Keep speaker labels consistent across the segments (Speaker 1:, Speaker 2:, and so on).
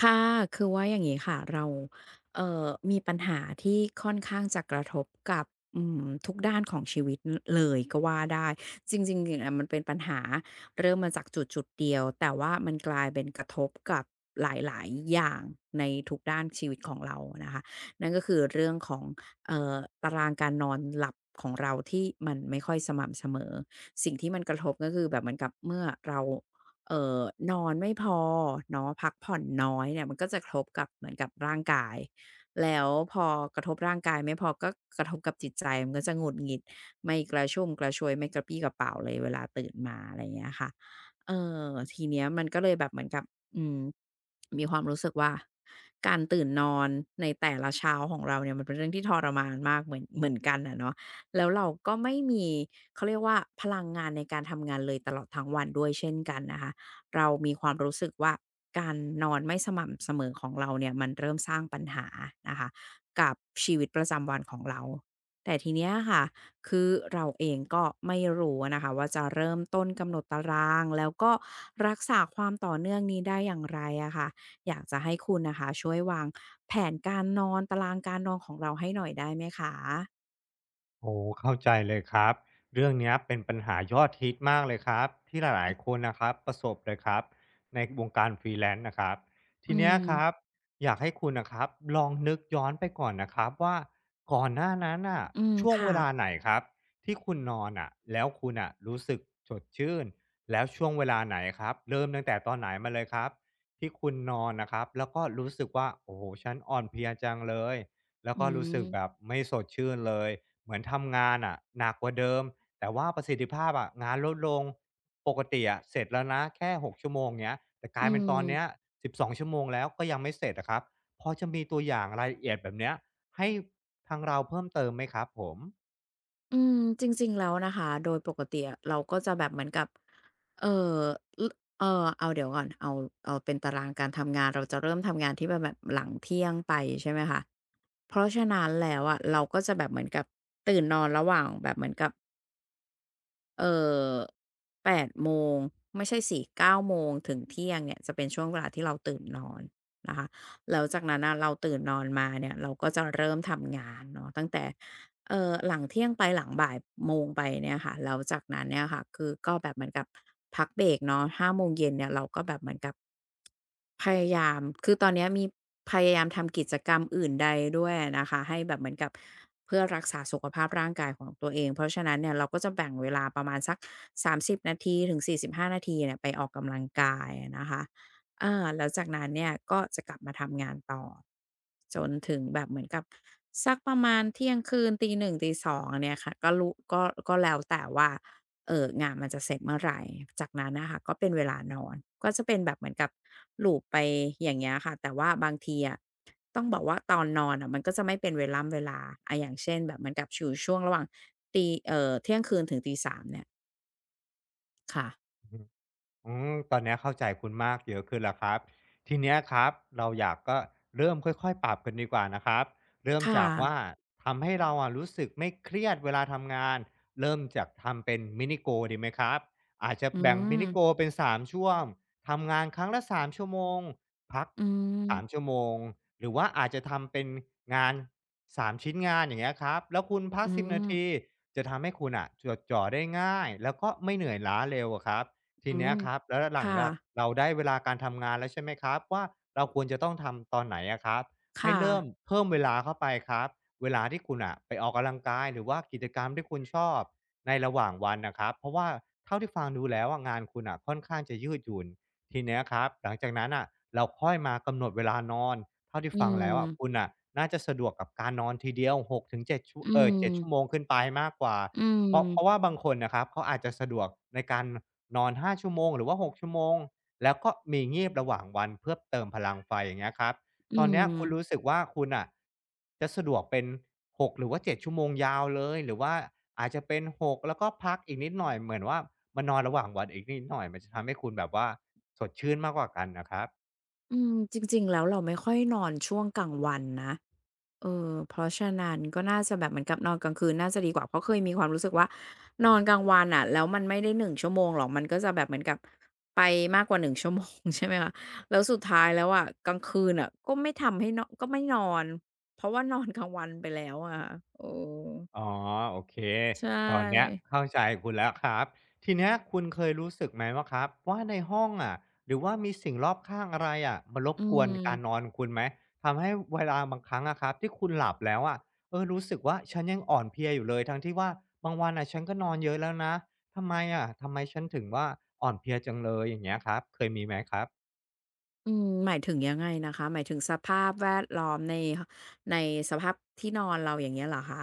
Speaker 1: ค่ะคือว่าอย่างนี้ค่ะเรามีปัญหาที่ค่อนข้างจะกระทบกับทุกด้านของชีวิตลเลยก็ว่าได้จริงๆเนี่ยมันเป็นปัญหาเริ่มมาจากจุดเดียวแต่ว่ามันกลายเป็นกระทบกับหลายๆอย่างในทุกด้านชีวิตของเรานะคะนั่นก็คือเรื่องของเอ่อตารางการนอนหลับของเราที่มันไม่ค่อยสม่ำเสมอสิ่งที่มันกระทบก็คือแบบเหมือนกับเมื่อเรา เอ่อนอนไม่พอเนาะพักผ่อนน้อยเนี่ยมันก็จะกระทบกับเหมือนกับร่างกายแล้วพอกระทบร่างกายไม่พอก็กระทบกับจิตใจมันก็จะหงุดหงิดไม่กระชุ่มกระชวยไม่กระปรี้กระเปร่าเลยเวลาตื่นมาอะไรอย่างเงี้ยค่ะเออทีเนี้ยมันก็เลยแบบเหมือนกับอืมมีความรู้สึกว่าการตื่นนอนในแต่ละเช้าของเราเนี่ยมันเป็นเรื่องที่ทรมานมากเหมือนกันอะเนาะแล้วเราก็ไม่มีเขาเรียกว่าพลังงานในการทำงานเลยตลอดทั้งวันด้วยเช่นกันนะคะ เรามีความรู้สึกว่าการนอนไม่สม่ำเสมอของเราเนี่ยมันเริ่มสร้างปัญหานะคะกับชีวิตประจำวันของเราแต่ทีเนี้ยค่ะคือเราเองก็ไม่รู้อะนะคะว่าจะเริ่มต้นกำหนดตารางแล้วก็รักษาความต่อเนื่องนี้ได้อย่างไรอะค่ะอยากจะให้คุณน่ะค่ะช่วยวางแผนการนอนตารางการนอนของเราให้หน่อยได้ไหมคะ
Speaker 2: โอ้เข้าใจเลยครับเรื่องเนี้ยเป็นปัญหายอดฮิตมากเลยครับที่หลายๆคนนะครับประสบเลยครับในวงการฟรีแลนซ์นะครับ
Speaker 1: อื
Speaker 2: ทีเนี้ย
Speaker 1: ม
Speaker 2: ครับอยากให้คุณนะครับลองนึกย้อนไปก่อนนะครับว่าก่อนหน้านั้นอ่ะ
Speaker 1: อืม
Speaker 2: ช่วง
Speaker 1: ค่ะ
Speaker 2: เวลาไหนครับที่คุณนอนอะแล้วคุณอะรู้สึกสดชื่นแล้วช่วงเวลาไหนครับเริ่มตั้งแต่ตอนไหนมาเลยครับที่คุณนอนนะครับแล้วก็รู้สึกว่าโอ้โหฉันอ่อนเพลียจังเลยแล้ว
Speaker 1: อื
Speaker 2: ก็รู้สึ
Speaker 1: ม
Speaker 2: กแบบไม่สดชื่นเลย เหมือนทำงานอะหนักกว่าเดิมแต่ว่าประสิทธิภาพอะงานลดลงปกติอะเสร็จแล้วนะแค่6ชั่วโมงเงี้ยแต่กลา
Speaker 1: อื
Speaker 2: ยเป็นตอนเนี้ย
Speaker 1: ม
Speaker 2: 12ชั่วโมงแล้วก็ยังไม่เสร็จอะครับพอจะมีตัวอย่างรายละเอียดแบบเนี้ยให้ทางเราเพิ่มเติมไหมครับผม
Speaker 1: อืมจริงๆแล้วนะคะโดยปกติอะเราก็จะแบบเหมือนกับเออลเออเอาเดี๋ยวก่อนเอาเป็นตารางการทำงานเราจะเริ่มทำงานที่แบบหลังเที่ยงไปใช่ไหมคะเพราะฉะนั้นแล้วอะเราก็จะแบบเหมือนกับตื่นนอนระหว่างแบบเหมือนกับเอ่อแปดโมงไม่ใช่สิเก้าโมงถึงเที่ยงเนี่ยจะเป็นช่วงเวลาที่เราตื่นนอนนะคะแล้วจากนั้นน่ะเราตื่นนอนมาเนี่ยเราก็จะเริ่มทำงานเนาะตั้งแต่ หลังเที่ยงไปหลังบ่ายโมงไปเนี่ยค่ะแล้วจากนั้นเนี่ยค่ะคือก็แบบเหมือนกับพักเบรกเนาะห้าโมงเย็นเนี่ยเราก็แบบเหมือนกับพยายามคือตอนเนี้ยมีพยายามทำกิจกรรมอื่นใดด้วยนะคะให้แบบเหมือนกับเพื่อรักษาสุขภาพร่างกายของตัวเองเพราะฉะนั้นเนี่ยเราก็จะแบ่งเวลาประมาณสัก30นาทีถึงสี่สิบห้5นาทีเนี่ยไปออกกำลังกายนะคะ อาแล้วจากนั้นเนี่ยก็จะกลับมาทำงานต่อจนถึงแบบเหมือนกับสักประมาณเที่ยงคืนตีหนึ่งตีสองเนี่ยค่ะก็รู้ก็ก็แล้วแต่ว่าเอองานมันจะเสร็จเมื่อไหรจากนั้นนะคะก็เป็นเวลานอนก็จะเป็นแบบเหมือนกับหล o บไปอย่างเงี้ยค่ะแต่ว่าบางทีอะต้องบอกว่าตอนนอนอะมันก็จะไม่เป็นเวล่ำเวลาอาอย่างเช่นแบบเหมือนกับอยู่ช่วงระหว่างตีเที่ยงคืนถึงตีสามเนี่ยค่ะ
Speaker 2: อือฮึ อืมตอนเนี้ยเข้าใจคุณมากเยอะขึ้นแล้วครับทีเนี้ยครับเราอยากก็เริ่มค่อยๆปรับกันดีกว่านะครับเริ่ม
Speaker 1: ค
Speaker 2: จากว่า
Speaker 1: ่ะ
Speaker 2: ทำให้เราอะรู้สึกไม่เครียดเวลาทำงานเริ่มจากทำเป็นมินิ goal ดีไหมครับอาจจะ
Speaker 1: อื
Speaker 2: แบ่งมิ
Speaker 1: ม
Speaker 2: นิ goal เป็นสามช่วงทำงานครั้งละสามชั่วโมงพัก
Speaker 1: อืม
Speaker 2: 3ชั่วโมงหรือว่าอาจจะทำเป็นงานสามชิ้นงานอย่างเงี้ยครับแล้วคุณพั
Speaker 1: อื
Speaker 2: กสิบนาที
Speaker 1: ม
Speaker 2: จะทำให้คุณน่ะจดจ่อได้ง่ายแล้วก็ไม่เหนื่อยล้าเร็วอะครับ ที
Speaker 1: อื
Speaker 2: เนี้
Speaker 1: ม
Speaker 2: ยครับแล้วหลัง
Speaker 1: ค่ะ
Speaker 2: จากเราได้เวลาการทำงานแล้วใช่ไหมครับว่าเราควรจะต้องทำตอนไหนอะครับให้
Speaker 1: ค่ะ
Speaker 2: เริ่มเพิ่มเวลาเข้าไปครับเวลาที่คุณอ่ะไปออกกำลังกายหรือว่ากิจกรรมที่คุณชอบในระหว่างวันนะครับเพราะว่าเท่าที่ฟังดูแล้วอะงานคุณอ่ะค่อนข้างจะยืดหยุ่นทีเนี้ยครับหลังจากนั้นอ่ะเราค่อยมากำหนดเวลานอนเท่าที่
Speaker 1: อื
Speaker 2: ฟังแล้วอะคุ
Speaker 1: ม
Speaker 2: ณอ่ะน่าจะสะดวกกับการนอนทีเดียวหกถึงเจ็ดชั่ว
Speaker 1: อืม
Speaker 2: เจ็ดชั่วโมงขึ้นไปมากกว่า
Speaker 1: อืม
Speaker 2: เพราะว่าบางคนนะครับเขาอาจจะสะดวกในการนอน5ชั่วโมงหรือว่า6ชั่วโมงแล้วก็มีงีบระหว่างวันเพื่อเติมพลังไฟอย่างเงี้ยครับ
Speaker 1: อื
Speaker 2: ตอนเนี้ยคุณรู้
Speaker 1: ม
Speaker 2: สึกว่าคุณน่ะจะสะดวกเป็น6หรือว่า7ชั่วโมงยาวเลยหรือว่าอาจจะเป็น6แล้วก็พักอีกนิดหน่อยเหมือนว่ามานอนระหว่างวันอีกนิดหน่อยมันจะทำให้คุณแบบว่าสดชื่นมากกว่ากันน่ะครับ
Speaker 1: อืม จริงๆ แล้วเราไม่ค่อยนอนช่วงกลางวันนะเออเพราะฉะนั้นก็น่าจะแบบเหมือนกับนอนกลางคืนน่าจะดีกว่าเพราะเคยมีความรู้สึกว่านอนกลางวันอะแล้วมันไม่ได้หนึ่งชั่วโมงหรอกมันก็จะแบบเหมือนกับไปมากกว่าหนึ่งชั่วโมง ใช่ไหมคะแล้วสุดท้ายแล้วอะกลางคืนอะก็ไม่ทำให้เนาะก็ไม่นอนเพราะว่านอนกลางวันไปแล้วอะค่ะเออ
Speaker 2: อ๋อโอเค
Speaker 1: ใช
Speaker 2: ตอนเนี้ย
Speaker 1: ่
Speaker 2: เข้าใจคุณแล้วครับทีเนี้ยคุณเคยรู้สึกไหมว่าครับว่าในห้องอะหรือว่ามีสิ่งรอบข้างอะไรอะมารบ
Speaker 1: อื
Speaker 2: กวนการน
Speaker 1: ม
Speaker 2: อนคุณไหมทำให้เวลาบางครั้งอะครับที่คุณหลับแล้วอะเออรู้สึกว่าฉันยังอ่อนเพลียอยู่เลยทั้งที่ว่าบางวันน่ะฉันก็นอนเยอะแล้วนะทำไมอะทำไมฉันถึงว่าอ่อนเพลียจังเลยอย่างเงี้ยครับเคยมีไหมครับ
Speaker 1: อืมหมายถึงยังไงนะคะหมายถึงสภาพแวดล้อมในในสภาพที่นอนเราอย่างเงี้ยเหรอคะ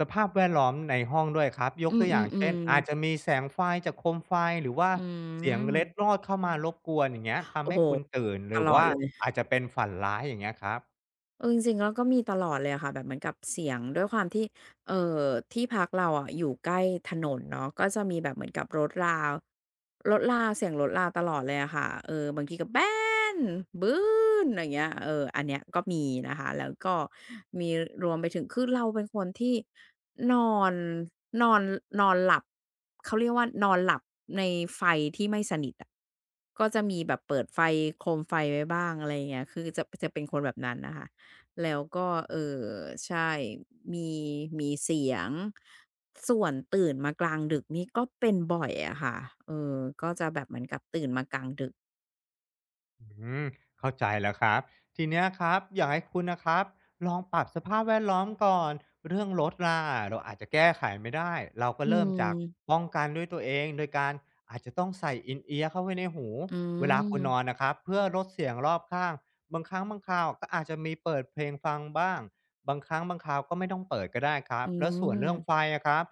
Speaker 2: สภาพแวดล้อมในห้องด้วยครับย
Speaker 1: อื
Speaker 2: กตัวอย่างเช่น
Speaker 1: มๆ
Speaker 2: อาจ
Speaker 1: ๆ
Speaker 2: จะมีแสงไฟจากโคมไฟหรือว่า
Speaker 1: อื
Speaker 2: เสียงเล็ดล
Speaker 1: ม
Speaker 2: อดเข้ามารบกวนอย่างเงี้ยทำ
Speaker 1: โอ้
Speaker 2: ให้
Speaker 1: โฮ
Speaker 2: คุณตื่น
Speaker 1: ต
Speaker 2: หรือ
Speaker 1: ลอด
Speaker 2: ว่า
Speaker 1: เลย
Speaker 2: อาจจะเป็นฝันร้ายอย่างเงี้ยครับ
Speaker 1: เออจริงๆแล้วก็มีตลอดเลยอะค่ะแบบเหมือนกับเสียงด้วยความที่เอ่อที่พักเราอะอยู่ใกล้ถนนเนาะก็จะมีแบบเหมือนกับรถราเสียงรถราตลอดเลยอะค่ะเออบางทีก็แบนบื้นอย่างเงี้ยเอออันเนี้ยก็มีนะคะแล้วก็มีรวมไปถึงคือเราเป็นคนที่นอนนอนนอนหลับเขาเรียกว่านอนหลับในไฟที่ไม่สนิทอะก็จะมีแบบเปิดไฟโคมไฟไว้บ้างอะไรอย่างเงี้ยคือจะเป็นคนแบบนั้นนะคะ แล้วก็ใช่มีมีเสียงส่วนตื่นมากลางดึกนี่ก็เป็นบ่อยอะค่ะเออก็จะแบบเหมือนกับตื่นมากลางดึก
Speaker 2: อืมเข้าใจแล้วครับทีเนี้ยครับอยากให้คุณนะครับลองปรับสภาพแวดล้อมก่อนเรื่องรถล่ะเราอาจจะแก้ไขไม่ได้เราก็
Speaker 1: อื
Speaker 2: เริ่มจาก
Speaker 1: ม
Speaker 2: ป้องกันด้วยตัวเองโดยการอาจจะต้องใส่อินเอียร์เข้าไว้ในหู
Speaker 1: อื
Speaker 2: เวลาคุณนอน
Speaker 1: ม
Speaker 2: นะครับเพื่อลดเสียงรอบข้างบางครั้งบางคราวก็อาจจะมีเปิดเพลงฟังบ้างบางครั้งบางคราวก็ไม่ต้องเปิดก็ได้ครั
Speaker 1: อื
Speaker 2: บแล้วส่วนเรื่องไฟ
Speaker 1: ม
Speaker 2: อะครับ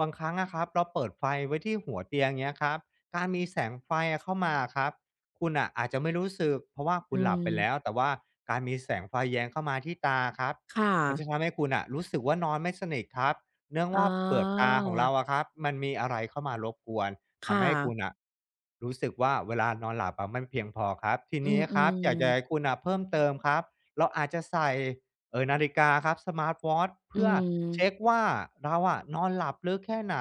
Speaker 2: บางครั้งนะครับเราเปิดไฟไว้ที่หัวเตียงเงี้ยครับการมีแสงไฟเข้ามาครับ คุณอะอาจจะไม่รู้สึกเพราะว่าคุ
Speaker 1: อื
Speaker 2: ณหลับไปแล้ว
Speaker 1: ม
Speaker 2: แต่ว่าการมีแสงไฟแย้งเข้ามาที่ตาครับ
Speaker 1: ค่ะ
Speaker 2: มันจะทำให้คุณอะรู้สึกว่านอนไม่สนิทครับเนื่อง
Speaker 1: อ๋อ
Speaker 2: ว่าเปลือกตาของเราอะครับมันมีอะไรเข้ามารบกวน
Speaker 1: ค่ะ
Speaker 2: ทำให้คุณนะรู้สึกว่าเวลานอนหลับอะไม่เพียงพอครับที
Speaker 1: อื
Speaker 2: นี้ครับอ
Speaker 1: ม
Speaker 2: ยากจะให้
Speaker 1: ๆ
Speaker 2: คุณอะเพิ่มเติมครับเราอาจจะใส่นาฬิกาครับสมาร์ทวอต
Speaker 1: อื
Speaker 2: เพื่อเช็ค
Speaker 1: ม
Speaker 2: ว่าเราอะนอนหลับลึกแค่ไหน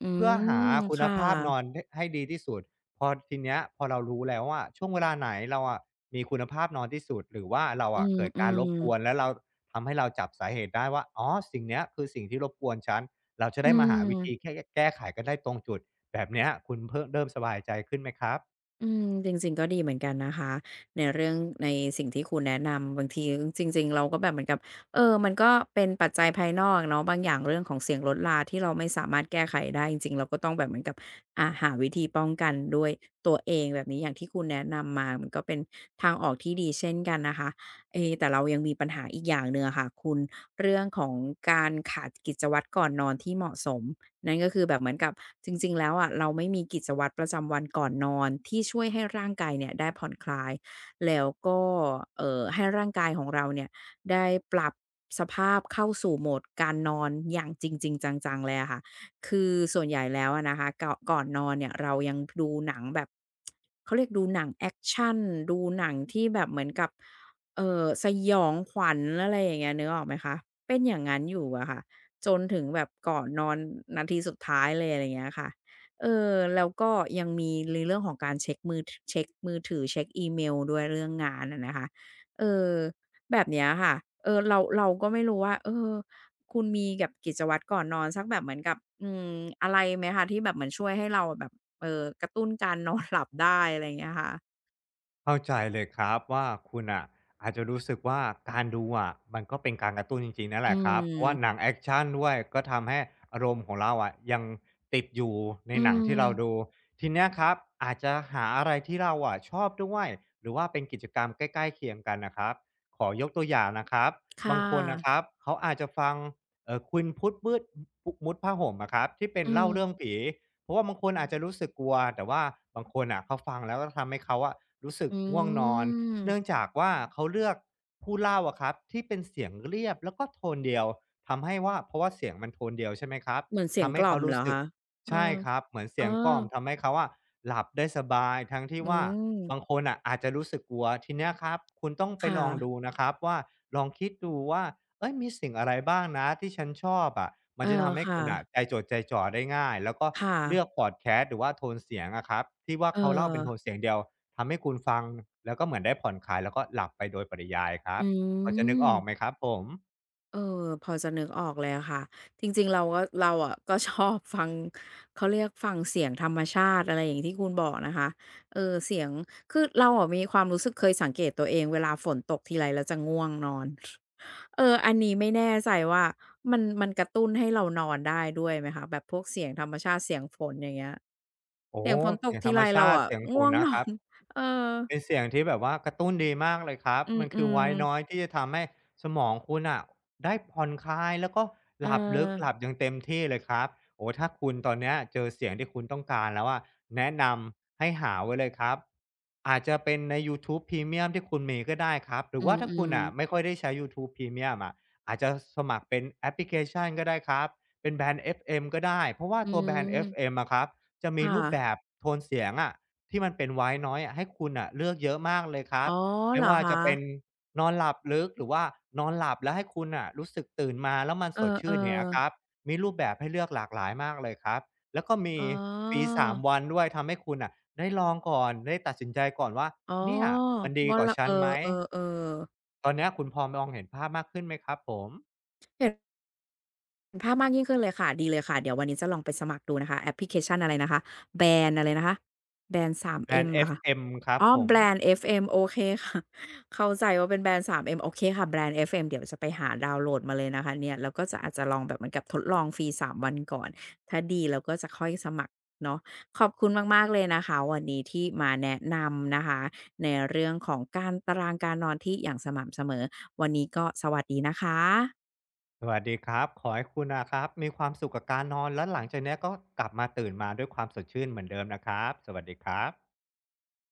Speaker 1: อื
Speaker 2: เพื่อ
Speaker 1: ม
Speaker 2: หาคุณ
Speaker 1: ค่ะ
Speaker 2: ภาพนอนดให้ดีที่สุด พอทีเนี้ยพอเรารู้แล้วว่าช่วงเวลาไหนเราอะมีคุณภาพนอนที่สุดหรือว่าเรา
Speaker 1: อื
Speaker 2: อะเกิดการรบ
Speaker 1: ม
Speaker 2: กวนแล้
Speaker 1: ๆ
Speaker 2: วเราทำให้เราจับสาเหตุได้ว่าอ๋อสิ่งเนี้ยคือสิ่งที่รบกวนฉันเราจะ
Speaker 1: อื
Speaker 2: ได้มาหาวิธี
Speaker 1: ม
Speaker 2: แก้ไขกันได้ตรงจุดแบบเนี้ยคุณเพิ่งเริ่มสบายใจขึ้นไหมครับ
Speaker 1: อืมจริงๆก็ดีเหมือนกันนะคะในเรื่องในสิ่งที่คุณแนะนำบางทีจริงๆเราก็แบบเหมือนกับมันก็เป็นปัจจัยภายนอกเนาะบางอย่างเรื่องของเสียงรถราที่เราไม่สามารถแก้ไขได้จริงๆเราก็ต้องแบบเหมือนกับอาหาวิธีป้องกันด้วยตัวเองแบบนี้อย่างที่คุณแนะนำมามันก็เป็นทางออกที่ดีเช่นกันนะคะเอ๊แต่เรายังมีปัญหาอีกอย่างหนึ่งอะค่ะคุณเรื่องของการขาดกิจวัตรก่อนนอนที่เหมาะสม นั่นก็คือแบบเหมือนกับจริงๆแล้วอะเราไม่มีกิจวัตรประจำวันก่อนนอนที่ช่วยให้ร่างกายเนี่ยได้ผ่อนคลายแล้วก็ให้ร่างกายของเราเนี่ยได้ปรับสภาพเข้าสู่โหมดการนอนอย่างจริงๆจังๆเลยอะค่ะคือส่วนใหญ่แล้วอะนะคะก่อนนอนเนี่ยเรายังดูหนังแบบเขาเรียกดูหนังแอกชันดูหนังที่แบบเหมือนกับสยองขวัญอะไรอย่างเงี้ยนึกออกไหมคะเป็นอย่างงั้นอยู่อะค่ะ จนถึงแบบก่อนนอนนาทีสุดท้ายเลยอะไรอย่างเงี้ยค่ะแล้วก็ยังมีในเรื่องของการเช็กมือถือเช็กอีเมลด้วยเรื่องงานอะนะคะเออแบบเนี้ยค่ะเออเราก็ไม่รู้ว่าคุณมีกับกิจวัตรก่อนนอนสักแบบเหมือนกับอืมอะไรไหมคะที่แบบเหมือนช่วยให้เราแบบกระตุ้นการนอนหลับได้อะไรอย่างเงี้ยค่ะ
Speaker 2: เข้าใจเลยครับว่าคุณอะอาจจะรู้สึกว่าการดูอะมันก็เป็นการกระตุ้นจริงๆนั่นแห
Speaker 1: อื
Speaker 2: ละครับเพราะว่าหนั
Speaker 1: ม
Speaker 2: งแอคชันด้วยก็ทำให้อารมณ์ของเราอะยังติดอยู่ใน
Speaker 1: อื
Speaker 2: หนัง
Speaker 1: ม
Speaker 2: ที่เราดูทีเนี้ยครับอาจจะหาอะไรที่เราอะชอบด้วยหรือว่าเป็นกิจกรรมใกล้ๆเคียงกันนะครับขอยกตัวอย่างนะครับบา
Speaker 1: ค่ะ
Speaker 2: งคนนะครับเขาอาจจะฟังคุณพุทธมืดุมุดผ้าห่มอะครับที่เป็น
Speaker 1: อื
Speaker 2: เล่าเรื่อง
Speaker 1: ม
Speaker 2: ผี เพราะว่าบางคนอาจจะรู้สึกกลัวแต่ว่าบางคนอ่ะเขาฟังแล้วก็ทำให้เขาอะรู้สึก
Speaker 1: อื
Speaker 2: ง่วงนอนเนื่อง
Speaker 1: ม
Speaker 2: จากว่าเขาเลือกผู้เล่าอะครับที่เป็นเสียงเรียบแล้วก็โทนเดียวทำให้ว่าเพราะว่าเสียงมันโทนเดียวใช่ไหมครับ
Speaker 1: เหมือนเสียง
Speaker 2: ทำ
Speaker 1: ก
Speaker 2: ให้
Speaker 1: ล่อ
Speaker 2: เขา
Speaker 1: มเหร
Speaker 2: รู้
Speaker 1: อ
Speaker 2: สึก
Speaker 1: คะเออ
Speaker 2: ใช่ครับเหมือน
Speaker 1: เอ
Speaker 2: เสี
Speaker 1: อ
Speaker 2: ยงกล่อมทำให้เขาอะหลับได้สบายทั้งที่
Speaker 1: อื
Speaker 2: ว่า
Speaker 1: ม
Speaker 2: บางคนอ่ะอาจจะรู้สึกกลัวทีเนี้ยครับคุณต้อง
Speaker 1: ค
Speaker 2: ไปลองดู
Speaker 1: ่ะ
Speaker 2: นะครับว่าลองคิดดูว่าเอ้ยมีสิ่งอะไรบ้างนะที่ฉันชอบอะมั
Speaker 1: เอ
Speaker 2: นจะ
Speaker 1: อ
Speaker 2: ทำให้
Speaker 1: ค่ะ
Speaker 2: คุณอ่ะใจจดใจจ่อได้ง่ายแล้วก็
Speaker 1: ค่ะ
Speaker 2: เลือกพอดแคสต์หรือว่าโทนเสียงอะครับที่ว่า
Speaker 1: เออ
Speaker 2: เขาเล่าเป็นโทนเสียงเดียวทำให้คุณฟังแล้วก็เหมือนได้ผ่อนคลายแล้วก็หลับไปโดยปริยายครั
Speaker 1: อื
Speaker 2: บพอจะนึกออกไหมค
Speaker 1: ม
Speaker 2: รับผม
Speaker 1: เออพอจะนึกออกเลยอะค่ะจริงๆเราก็เราอะก็ชอบฟังเขาเรียกฟังเสียงธรรมชาติอะไรอย่างที่คุณบอกนะคะเออเสียงคือเราอะมีความรู้สึกเคยสังเกตตัวเองเวลาฝนตกทีไรแล้วจะง่วงนอนเอออันนี้ไม่แน่ใจว่ามันกระตุ้นให้เรานอนได้ด้วยไหมคะ แบบพวกเสียงธรรมชาติเสียงฝนอย่างเงี้ย
Speaker 2: โอ้โ
Speaker 1: เสียงฝนตก
Speaker 2: เสียงธ
Speaker 1: ที
Speaker 2: รร
Speaker 1: ไร
Speaker 2: ม
Speaker 1: เรา
Speaker 2: ชาติ
Speaker 1: อะ
Speaker 2: เสียงฝ
Speaker 1: ง่ว
Speaker 2: น
Speaker 1: ง
Speaker 2: นะ
Speaker 1: น
Speaker 2: ค
Speaker 1: อ
Speaker 2: รับ
Speaker 1: น เออ
Speaker 2: เป็นเสียงที่แบบว่ากระตุ้นดีมากเลยครับ
Speaker 1: อื
Speaker 2: มันคือ
Speaker 1: ม
Speaker 2: ไวน์น้อย
Speaker 1: ๆ
Speaker 2: ที่จะทำให้สมองคุณน่ะได้ผ่อนคลายแล้วก็
Speaker 1: เออ
Speaker 2: หลับลึกหลับอย่างเต็มที่เลยครับโอ้โฮถ้าคุณตอนเนี้ยเจอเสียงที่คุณต้องการแล้วอะแนะนำให้หาไว้เลยครับอาจจะเป็นในยูทูบ p r e m ียมที่คุณมีก็ได้ครับหรื
Speaker 1: อื
Speaker 2: อว่าถ้าคุณ
Speaker 1: ม
Speaker 2: น่ะ
Speaker 1: ๆ
Speaker 2: ไม่ค่อยได้ใช้ยูทูบ p r e m i ยมอะอาจจะสมัครเป็นแอปพลิเคชันก็ได้ครับเป็นแบรนด์เอฟเอ็มก็ได้เพราะว่า
Speaker 1: อื
Speaker 2: ตัวแบรนด์เอฟเอ็ม
Speaker 1: ม
Speaker 2: อะครับจะมี
Speaker 1: ค่ะ
Speaker 2: รูปแบบโทนเสียงอะ ที่มันเป็นไว้น้ n o i อะให้คุณน่ะเลือกเยอะมากเลยครั
Speaker 1: อ๋
Speaker 2: บ
Speaker 1: อ
Speaker 2: ไม่
Speaker 1: เหรอ
Speaker 2: ว่า
Speaker 1: คะ
Speaker 2: จะเป็นนอนหลับลึกหรือว่านอนหลับแล้วให้คุณน่ะรู้สึกตื่นมาแล้วมัน
Speaker 1: เอ
Speaker 2: ส
Speaker 1: อ
Speaker 2: ดชื่นอย่างเงี้ยครับ
Speaker 1: ๆ
Speaker 2: มีรูปแบบให้เลือกหลากหลายมากเลยครับแล้วก็มี
Speaker 1: อ๋อ
Speaker 2: ฟรี3 วันด้วยทำให้คุณน่ะได้ลองก่อนได้ตัดสินใจก่อนว่า
Speaker 1: อ๋อ
Speaker 2: เนี่ยมันดี
Speaker 1: ว่า
Speaker 2: กว่า
Speaker 1: เรา
Speaker 2: ฉั
Speaker 1: เอ
Speaker 2: นไหม
Speaker 1: อๆๆ
Speaker 2: ตอนเนี้ยคุณพอมองเห็นภาพมากขึ้นไหมครับผม
Speaker 1: เห็นภาพมากยิ่งขึ้นเลยค่ะดีเลยค่ะเดี๋ยววันนี้จะลองไปสมัครดูนะคะแอปพลิเคชันอะไรนะคะ Band อะไรนะคะ Band
Speaker 2: แบรน
Speaker 1: 3M
Speaker 2: ด์
Speaker 1: เหรอคะ
Speaker 2: FM ครับ
Speaker 1: อ๋อ
Speaker 2: ผม
Speaker 1: แบรนด์ FM โอเคค่ะ เข้าใจว่าเป็นแบรนด์ 3M โอเคค่ะแบรนด์ FM เดี๋ยวจะไปหาดาวน์โหลดมาเลยนะคะเนี่ยแล้วก็จะอาจจะลองแบบเหมือนกับทดลองฟรี3 วันก่อนถ้าดีเราก็จะค่อยสมัครเนาะขอบคุณมากๆเลยนะคะวันนี้ที่มาแนะนำนะคะในเรื่องของการตารางการนอนที่อย่างสม่ำเสมอวันนี้ก็สวัสดีนะคะ
Speaker 2: สวัสดีครับ ขอให้คุณนะครับมีความสุขกับการนอนแล้วหลังจากเนี้ยก็กลับมาตื่นมาด้วยความสดชื่นเหมือนเดิมนะครับ สวัสดีครับ